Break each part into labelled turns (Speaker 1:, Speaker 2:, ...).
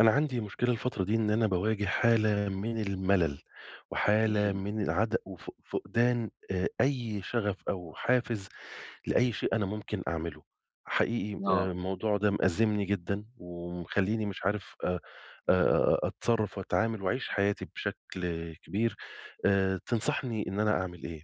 Speaker 1: أنا عندي مشكلة الفترة دي إن أنا باواجه حالة من الملل، وحالة
Speaker 2: إمم.
Speaker 1: من العد وف فقدان أي شغف أو حافز لأي شيء أنا ممكن أعمله. حقيقي،
Speaker 2: آه.
Speaker 1: الموضوع ده مأزمني جدًا، ومخلّيني مش عارف أتصرّف وأتعامل وأعيش حياتي بشكل كبير. تنصحني إن أنا أعمل إيه؟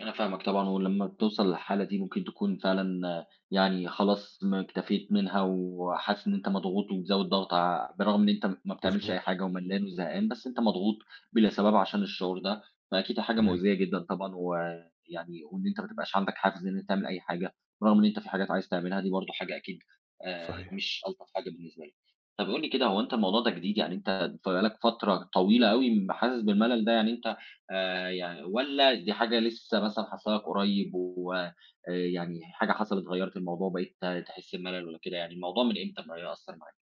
Speaker 2: أنا فاهمك طبعًا، ولمّا بتوصل للحالة دي ممكن تكون فعلًا يعني خلاص م اكتفيت منها وحاسس إن أنت مضغوط وبتزوّد ضغط ع بالرغم إن أنت ما بتعملش
Speaker 1: مضبوط.
Speaker 2: أي حاجة وملّان وزهقان، بس أنت مضغوط بلا سبب عشان الشعور ده، فأكيد حاجة
Speaker 1: تمام.
Speaker 2: مؤذية جدًا طبعًا، ويعني وإن أنت ما تبقاش عندك حافز إن أنت تعمل أي حاجة، برغم إن أنت في حاجات عايز تعملها، دي برضه حاجة أكيد
Speaker 1: صحيح.
Speaker 2: مش ألطف حاجة بالنسبة لك. طَب قُل لي كده هو أنت الموضوع ده جديد، يعني أنت بقى لك فترة طويلة أوي م حاسس بالملل ده، يعني أنت يعني والّا دي حاجة لسه مثلًا حاصلة لك قريب و يعني حاجة حصلت غيّرت الموضوع وبقيت تحس بملل والّا كده يعني، الموضوع من إمتى بقى يأثّر معاك؟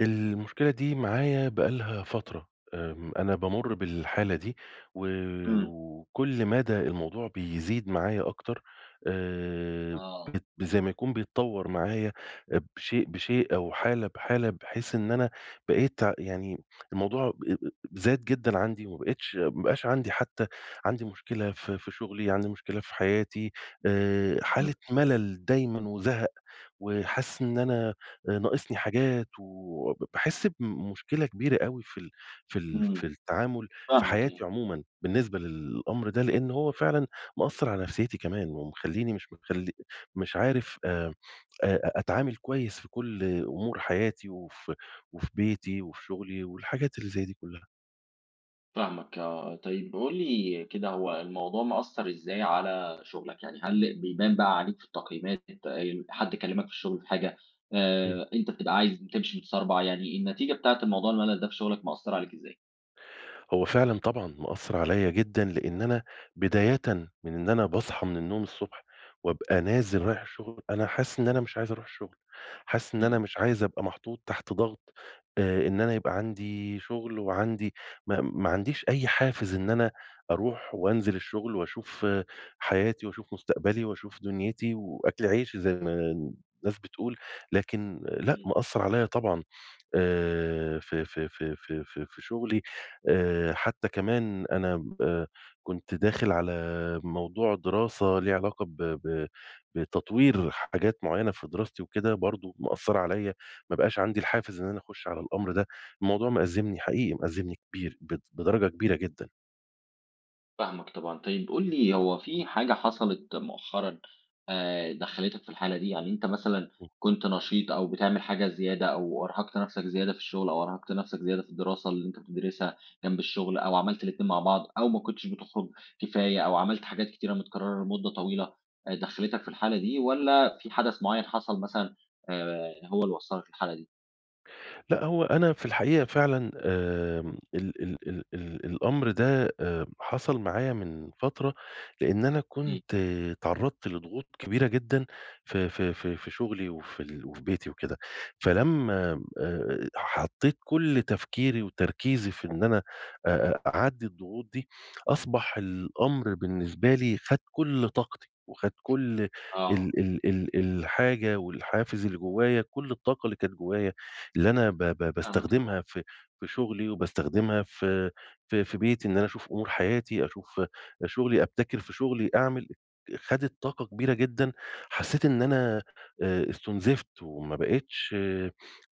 Speaker 1: المشكلة دي معايا بقى لها فترة. أنا بامُر بالحالة دي و
Speaker 2: إمم.
Speaker 1: وكل مدى الموضوع بيزيد معايا أكتر. آآ،
Speaker 2: آه.
Speaker 1: بت زي ما يكون بيتطوّر معايا، بشيء بشيء أو حالة بحالة، بحيث إن أنا بقيت يعني الموضوع ب ب زاد جدًا عندي، وما بقيتش ما بقاش عندي حتى. عندي مشكلة في شغلي، عندي مشكلة في حياتي، حالة
Speaker 2: إمم.
Speaker 1: ملل دايمًا وزهق. وحاسس إن أنا ناقصني حاجات، وب باحس بمشكلة كبيرة أوي
Speaker 2: إمم.
Speaker 1: في التعامل في
Speaker 2: فاهمك
Speaker 1: حياتي
Speaker 2: يعني.
Speaker 1: عمومًا بالنسبة للأمر ده، لإن هو فعلًا مأثّر على نفسيتي كمان، ومخلّيني مش مخلّي مش عارف أ أتعامل كويس في كل أمور حياتي، وفي بيتي، وفي شغلي، والحاجات اللي زي دي كلّها.
Speaker 2: فاهمك آه، طيب قُل لي كده هو الموضوع مأثّر إزاي على شغلك؟ يعني هل بيبان بقى عليك في التقييمات، ال حد كلّمك في الشغل في حاجة،
Speaker 1: إمم.
Speaker 2: أنت بتبقى عايز تمشي متسربع، يعني النتيجة بتاعة الموضوع الملل ده في شغلك مأثّرة عليك إزاي؟
Speaker 1: هو فعلًا طبعًا مأثّر عليّا جدًا، لإن أنا بدايةً من إن أنا باصحى من النوم الصبح وابقى نازل رايح الشغل. أنا حاسس إن أنا مش عايز أروح الشغل، حاسس إن أنا
Speaker 2: إمم.
Speaker 1: مش عايز أبقى محطوط تحت ضغط، إن أنا يبقى عندي شغل وعندي، ما عنديش أي حافز إن أنا أروح وأنزل الشغل، وأشوف حياتي، وأشوف مستقبلي، وأشوف دنيتي، وأكل عيشي زي ما الناس بتقول. لكن لأ،
Speaker 2: إمم.
Speaker 1: مأثّر عليّا طبعًا. في شغلي. حتى كمان أنا ب كنت داخل على موضوع دراسة ليه علاقة ب ب بتطوير حاجات معيّنة في دراستي وكده، برضه مأثّرة عليّا. ما بقاش عندي الحافز إن أنا أخُش على الأمر ده. الموضوع مأزّمني، حقيقي مأزّمني كبير بدرجة كبيرة جدًا.
Speaker 2: فاهمك طبعًا. طيب قُل لي هو في حاجة حصلت مؤخرًا دخّلتك في الحالة دي؟ يعني أنت مثلًا كنت نشيط أو بتعمل حاجة زيادة أو أرهقت نَفْسك زيادة في الشغل أو أرهقت نَفْسك زيادة في الدراسة اللي أنت بتدرسها جنب الشغل أو عملت الاتنين مع بعض أو ما كنتش بتخرج كفاية أو عملت حاجات كتيرة متكررة لمدة طويلة دخّلتك في الحالة دي والّا في حدث معيّن حصل مثلًا هو اللي وصّلك للحالة دي؟
Speaker 1: لأ، هو أنا في الحقيقة فعلًا، آمم ال ال ال ال الأمر ده حصل معايا من فترة، لإن أنا
Speaker 2: إمم.
Speaker 1: كنت اتعرّضت لضغوط كبيرة جدًا في شغلي وفي بيتي وكده. فلمّا حطّيت كل تفكيري وتركيزي في إن أنا أ أ أعدّي الضغوط دي، أصبح الأمر بالنسبة لي خَد كل طاقتي، وخَد كل ال
Speaker 2: آه.
Speaker 1: ال ال الحاجة والحافز اللي جوايا، كل الطاقة اللي كانت جوايا، اللي أنا ب ب
Speaker 2: فاهمك طبعًا.
Speaker 1: باستخدمها في شغلي، وباستخدمها في بيتي، إن أنا أشوف أمور حياتي، أشوف شغلي، أبتكر في شغلي، خدت طاقة كبيرة جدًا. حسيت إن أنا استُنزفت، وما بقيتش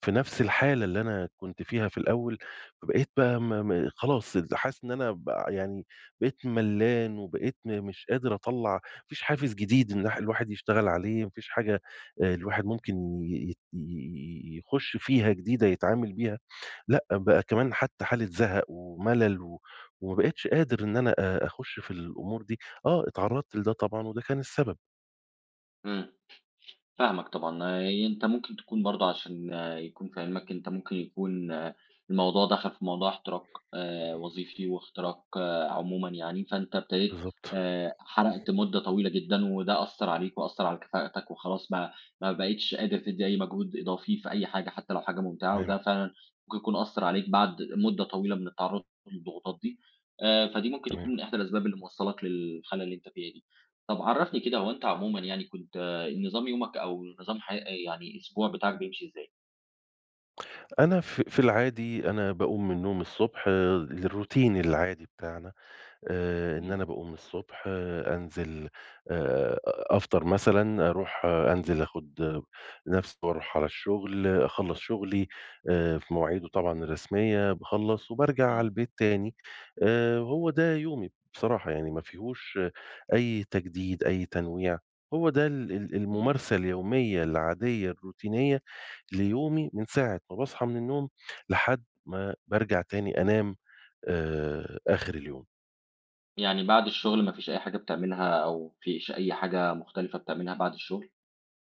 Speaker 1: في نفس الحالة اللي أنا كنت فيها في الأول. فبقيت بقى، م م خلاص، حاسس إن أنا يعني بقيت ملّان، وبقيت مش قادر أطلّع، ما فيش حافز جديد إن الواحد يشتغل عليه، ما فيش حاجة الواحد ممكن ي يت ي يخُش فيها جديدة يتعامل بيها. لأ، بقى كمان حتى حالة زهق وملل، وما بقيتش قادر إن أنا أخُش في الأمور دي. آه، اتعرّضت لده طبعًا، وده كان السبب.
Speaker 2: إمم. فاهمك طبعًا، أنت ممكن تكون برضه عشان آه، يكون في علمك، أنت ممكن يكون آه، الموضوع دخل في موضوع احتراق وظيفي واختراق آه، عمومًا يعني، فأنت ابتديت
Speaker 1: بالضبط.
Speaker 2: حرقت مدة طويلة جدًا، وده أثّر عليك وأثّر على كفاءتك، وخلاص ما بقيتش قادر تدّي أي مجهود إضافي في أي حاجة، حتى لو حاجة ممتعة،
Speaker 1: تمام،
Speaker 2: وده فعلًا ممكن يكون أثّر عليك بعد مدة طويلة من التعرُّض للضغوطات دي، فدي ممكن
Speaker 1: تمام.
Speaker 2: تكون من إحدى الأسباب اللي موصّلاك للحالة اللي أنت فيها دي. طَب عرّفني كده هو أنت عمومًا يعني كنت نظام يومك أو نظام حي يعني الأسبوع بتاعك بيمشي إزاي؟
Speaker 1: أنا في العادي أنا باقوم من النوم الصبح، آه، الروتين العادي بتاعنا. إن
Speaker 2: إمم.
Speaker 1: أنا باقوم الصبح، أنزل، أفطر مثلًا، أروح، أنزل، آخُد، نَفَسي، وأروح على الشغل، أخلّص شغلي في مواعيده طبعًا الرسمية، باخلّص وبارجع على
Speaker 2: إمم.
Speaker 1: البيت تاني. هو ده يومي بصراحة، يعني ما فيهوش أي تجديد، أي تنويع. هو ده ال ال
Speaker 2: إمم.
Speaker 1: الممارسة اليومية العادية الروتينية ليومي من ساعة ما باصحى من النوم لحد ما بارجع تاني أنام آخر اليوم.
Speaker 2: يعني بعد الشغل ما فيش أي حاجة بتعملها أو فيش أي حاجة مختلفة بتعملها بعد الشغل؟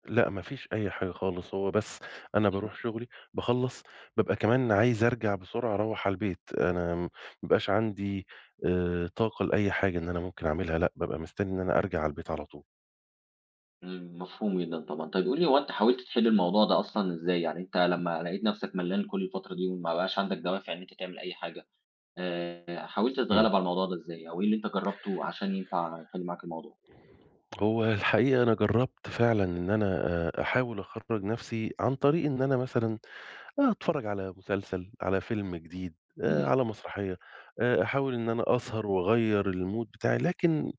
Speaker 1: لأ، ما فيش أي حاجة خالص، هو بس أنا
Speaker 2: إمم.
Speaker 1: باروح شغلي، باخلّص، بابقى كمان عايز أرجع بسرعة أروّح على البيت، أنا ما بيبقاش عندي طاقة لأي حاجة إن أنا ممكن أعملها. لأ، بابقى مستني إن أنا أرجع على البيت على طول.
Speaker 2: إمم، مفهوم جدًا طبعًا. طيب قُل لي هو أنت حاولت تحل الموضوع ده أصلًا إزاي؟ يعني أنت لمّا لقيت نفسك ملّان كل الفترة دي وما بقاش عندك دوافع إن أنت تعمل أي حاجة، حاولت
Speaker 1: إمم.
Speaker 2: تتغلب على الموضوع ده إزاي؟ أو إيه اللي أنت جرّبته عشان ينفع يحل معاك الموضوع؟
Speaker 1: هو الحقيقة أنا جرّبت فعلًا إن أنا، أحاول أخرّج نَفْسي عن طريق إن أنا مثلًا، أتفرّج على مسلسل، على فيلم جديد،
Speaker 2: إمم.
Speaker 1: على مسرحية، أحاول إن أنا أسهر وأغيّر الmood بتاعي. لكن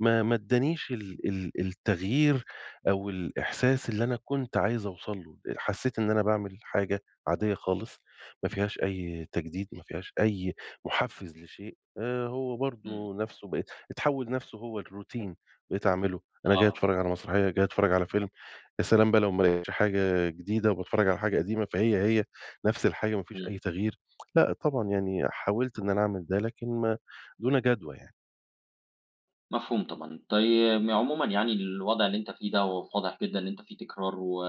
Speaker 1: ما ادّانيش ال ال التغيير أو الإحساس اللي أنا كنت عايز أوصل له. حسّيت إن أنا باعمل حاجة عادية خالص، ما فيهاش أي تجديد، ما فيهاش أي محفّز لشيء. هو
Speaker 2: إمم.
Speaker 1: برضه نَفْسه بقيت اتحوّل، نَفْسه هو الroutine بقيت أعمله. أنا جاي
Speaker 2: آه.
Speaker 1: أتفرّج على مسرحية، جاي أتفرّج على فيلم. يا سلام بقى لو ما لقيتش حاجة جديدة وباتفرّج على حاجة قديمة، هي نفس الحاجة، ما فيش أي
Speaker 2: إمم.
Speaker 1: تغيير. لأ، طبعًا يعني حاولت إن أنا أعمل ده، لكن ما دون جدوى يعني.
Speaker 2: مفهوم طبعًا. طي عمومًا يعني الوضع اللي أنت فيه ده واضح جدًا إن أنت فيه تكرار و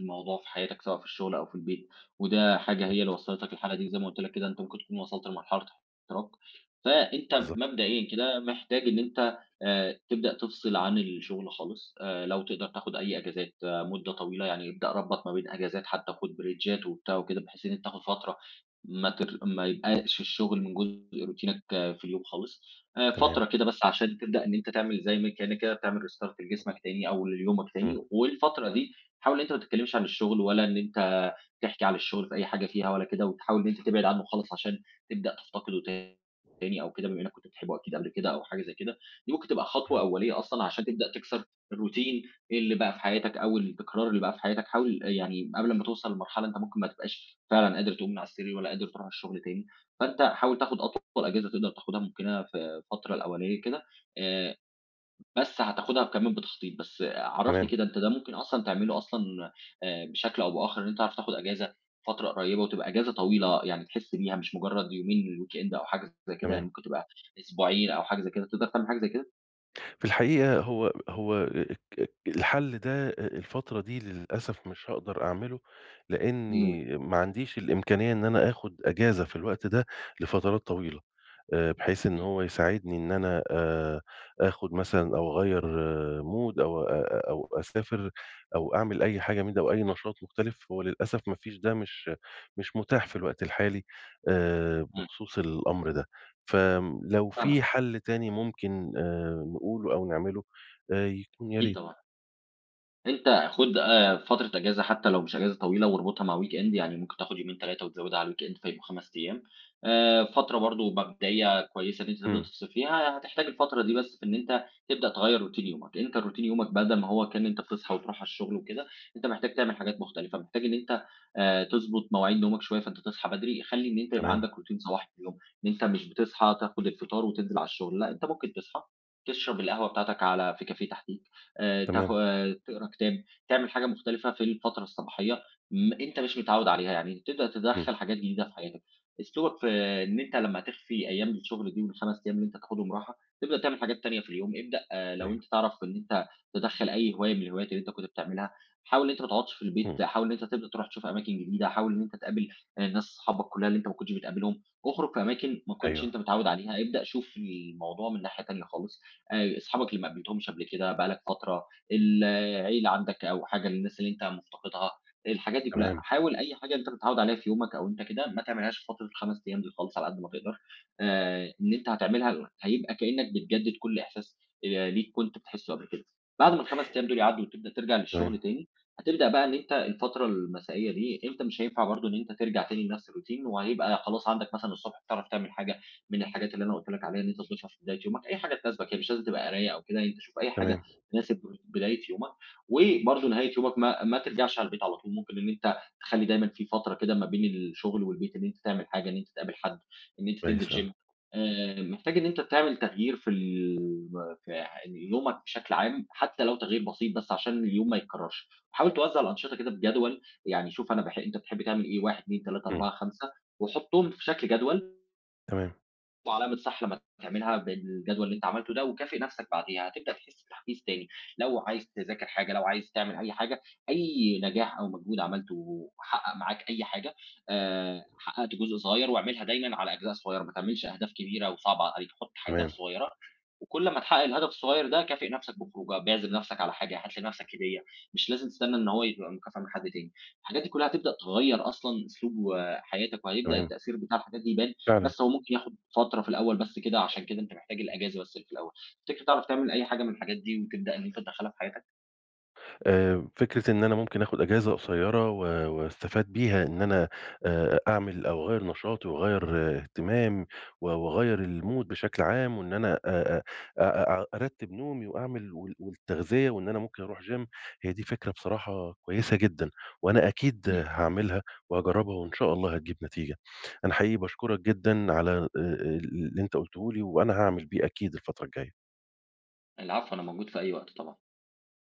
Speaker 2: الموضوع في حياتك سواء في الشغل أو في البيت، وده حاجة هي اللي
Speaker 1: بالضبط،
Speaker 2: وصّلتك للحالة دي زي ما قُلت لك كده أنت ممكن تكون وصلت لمرحلة احتراق، فأنت
Speaker 1: بالضبط.
Speaker 2: مبدئيًا كده محتاج إن أنت تبدأ تفصل عن الشغل خالص، لو تقدر تاخد أي أجازات آه، مدة طويلة، يعني ابدأ ربّط ما بين أجازات حتى وخُد بريكات وبتاع وكده بحيث إن أنت تاخد فترة ما يبقاش الشغل من جزء روتينك آه، في اليوم خالص،
Speaker 1: تمام.
Speaker 2: فترة كده بس عشان تبدأ إن أنت تعمل زي ما كإنّك كده بتعمل restart لجسمك تاني أو ليومك تاني،
Speaker 1: إمم.
Speaker 2: والفترة دي حاول إن أنت ما تتكلّمش عن الشغل، ولا إن أنت تحكي عن الشغل في أي حاجة فيها ولا كده، وتحاول إن أنت تبعد عنه خالص عشان تبدأ تفتقده تاني أو كده، بما إنّك كنت بتحبه أكيد قبل كده أو حاجة زي كده، دي ممكن تبقى خطوة أولية أصلًا عشان تبدأ تكسر الروتين اللي بقى في حياتك أو التكرار اللي بقى في حياتك، حاول يعني قبل ما توصل لمرحلة أنت ممكن ما تبقاش فعلًا قادر تقوم من على السرير ولا قادر تروح الشغل تاني، فأنت حاول تاخد أطول أجازة تقدر تاخدها ممكنة في الفترة الأولانية كده آآ بس هتاخدها كمان بتخطيط، بس عرّفني
Speaker 1: تمام،
Speaker 2: كده أنت ده ممكن أصلًا تعمله أصلًا بشكل أو بآخر إن أنت تعرف تاخد أجازة فترة قريّبة وتبقى أجازة طويلة يعني تحس بيها مش مجرّد يومين الweekend أو حاجة زي كده، يعني
Speaker 1: تمام.
Speaker 2: ممكن تبقى أسبوعين أو حاجة زي كده، تقدر تعمل حاجة زي كده؟
Speaker 1: في الحقيقة، هو ك الحل ده، الفترة دي للأسف مش هاقدر أعمله،
Speaker 2: إمم.
Speaker 1: لإني ما عنديش الإمكانية إن أنا آخُد أجازة في الوقت ده لفترات طويلة. بحيث إن
Speaker 2: إمم.
Speaker 1: هو يساعدني إن أنا، آخُد مثلًا أو أغيّر mood، أو أو أسافر أو أعمل أي حاجة من ده أو أي نشاط مختلف. هو للأسف ما فيش ده، مش متاح في الوقت الحالي،
Speaker 2: إمم،
Speaker 1: بخصوص الأمر ده. فلو في
Speaker 2: فاهمك.
Speaker 1: حَل تاني ممكن نقوله أو نعمله، يكون يا
Speaker 2: أكيد
Speaker 1: ريت.
Speaker 2: طبعًا. أنت خُد فترة أجازة حتى لو مش أجازة طويلة واربطها مع weekend، يعني ممكن تاخد يومين 3 وتزوّدها على الweekend فيبقوا 5 أيام. فترة برضه مبدئية كويسة إن أنت تبدأ
Speaker 1: إمم،
Speaker 2: تفصل فيها، هتحتاج الفترة دي بس في إن أنت تبدأ تغيّر routine يومك. أنت routine يومك بدل ما هو كان أنت بتصحى وتروح على الشغل وكده، أنت محتاج تعمل حاجات مختلفة، محتاج إن أنت تضبط مواعيد نومك شوية، فأنت تصحى بدري. خلّي إن أنت يبقى
Speaker 1: تمام،
Speaker 2: عندك routine صباحي في اليوم، إن أنت مش بتصحى تاخد الفطار وتنزل على الشغل، لأ أنت ممكن تصحى تشرب القهوة بتاعتك على في كافيه تحتيك. تاخ
Speaker 1: تمام،
Speaker 2: آه، تقرا كتاب، تعمل حاجة مختلفة في الفترة الصباحية م أنت مش متعوّد عليها، يعني تبدأ
Speaker 1: إمم،
Speaker 2: تدخّل حاجات جديدة في حياتك. أسلوبك في إن أنت لمّا تخفي أيام الشغل دي وال5 أيام اللي أنت تاخدهم راحة، تبدأ تعمل حاجات تانية في اليوم، ابدأ آه، لو
Speaker 1: أيوه،
Speaker 2: أنت تعرف إن أنت تدخّل أي هواية من الهوايات اللي أنت كنت بتعملها، حاول إن أنت ما تقعدش في
Speaker 1: إمم،
Speaker 2: البيت، حاول إن أنت تبدأ تروح تشوف أماكن جديدة، حاول إن أنت تقابل ناس صحابك كلها اللي أنت ما كنتش بتقابلهم، اخرج في أماكن ما كنتش
Speaker 1: أيوه،
Speaker 2: أنت متعوّد عليها، ابدأ شوف الموضوع من ناحية تانية خالص. أصحابك اللي ما قابلتهمش قبل كده بقى لك فترة، العيلة عندك أو حاجة للناس اللي أنت مفتقدها، الحاجات دي كلّها.
Speaker 1: تمام،
Speaker 2: حاول أي حاجة أنت متعوّد عليها في يومك أو أنت كده ما تعملهاش في فترة ال5 أيام دول خالص على قد ما تقدر، إن أنت هتعملها هيبقى كإنّك بتجدد كل إحساس ليك كنت بتحسّه قبل كده. بعد ما ال5 أيام دول يعدّوا وتبدأ ترجع للشغل
Speaker 1: تمام،
Speaker 2: تاني، هتبدأ بقى إن أنت الفترة المسائية دي أنت مش هينفع برضه إن أنت ترجع تاني لنفس الroutine وهيبقى خلاص عندك مثلًا الصبح بتعرف تعمل حاجة، من الحاجات اللي أنا قُلت لك عليها إن أنت تضيفها في بداية يومك، أي حاجة تناسبك، هي مش لازم تبقى قراية أو كده، أنت شوف أي حاجة
Speaker 1: تمام،
Speaker 2: تناسب بداية يومك، وبرضه نهاية يومك ما ترجعش على البيت على طول، ممكن إن أنت تخلّي دايمًا في فترة كده ما بين الشغل والبيت إن أنت تعمل حاجة، إن أنت تقابل حد، إن أنت تنزل
Speaker 1: كويس أوي،
Speaker 2: gym محتاج إن أنت تعمل تغيير في ال في يعني يومك بشكل عام، حتى لو تغيير بسيط بس عشان اليوم ما يتكررش، وحاول توزّع الأنشطة كده بجدول، يعني شوف أنا أنت بتحب تعمل إيه، 1، 2، 3،
Speaker 1: إمم،
Speaker 2: 4، 5 وحُطّهم في شكل جدول
Speaker 1: تمام،
Speaker 2: وعلامة صح لمّا تعملها بالجدول اللي أنت عملته ده، وكافئ نفْسك بعديها، هتبدأ تحس بتحفيز تاني، لو عايز تذاكر حاجة، لو عايز تعمل أي حاجة، أي نجاح أو مجهود عملته حقق معاك أي حاجة، حققت جزء صغير واعملها دايمًا على أجزاء صغيرة، ما تعملش أهداف كبيرة وصعبة عليك، حُط أهداف
Speaker 1: تمام،
Speaker 2: صغيرة وكل ما تحقق الهدف الصغير ده كافئ نفسك بخروجه، باعزم نفسك على حاجة، هات لنفسك هدية، مش لازم تستنى إن هو يبقى مكافأة من حد تاني، الحاجات دي كلها هتبدأ تغيّر أصلًا أسلوب آه، حياتك، وهيبدأ
Speaker 1: تمام،
Speaker 2: التأثير بتاع الحاجات دي يبان،
Speaker 1: فعلًا.
Speaker 2: بس هو ممكن ياخد فترة في الأول بس كده، عشان كده أنت محتاج الأجازة بس اللي في الأول، تفتكر تعرف تعمل أي حاجة من الحاجات دي وتبدأ إن أنت تدخّلها في حياتك؟
Speaker 1: فكرة إن أنا ممكن آخُد أجازة قصيّرة، واستفاد بيها إن أنا أعمل أو أغيّر نشاطي، وأغيّر اهتمامي، وأغيّر الmood بشكل عام، وإن أنا أ أ أرتّب نومي وأعمل والتغذية، وإن أنا ممكن أروح gym. هي دي فكرة بصراحة كويسة جدًا، وأنا أكيد
Speaker 2: إمم.
Speaker 1: هاعملها وهاجرّبها، وإن شاء الله هتجيب نتيجة. أنا حقيقي باشكرك جدًا على ال اللي أنت قُلته لي، وأنا هاعمل بيه أكيد الفترة الجاية.
Speaker 2: العفو أنا موجود في أي وقت طبعًا.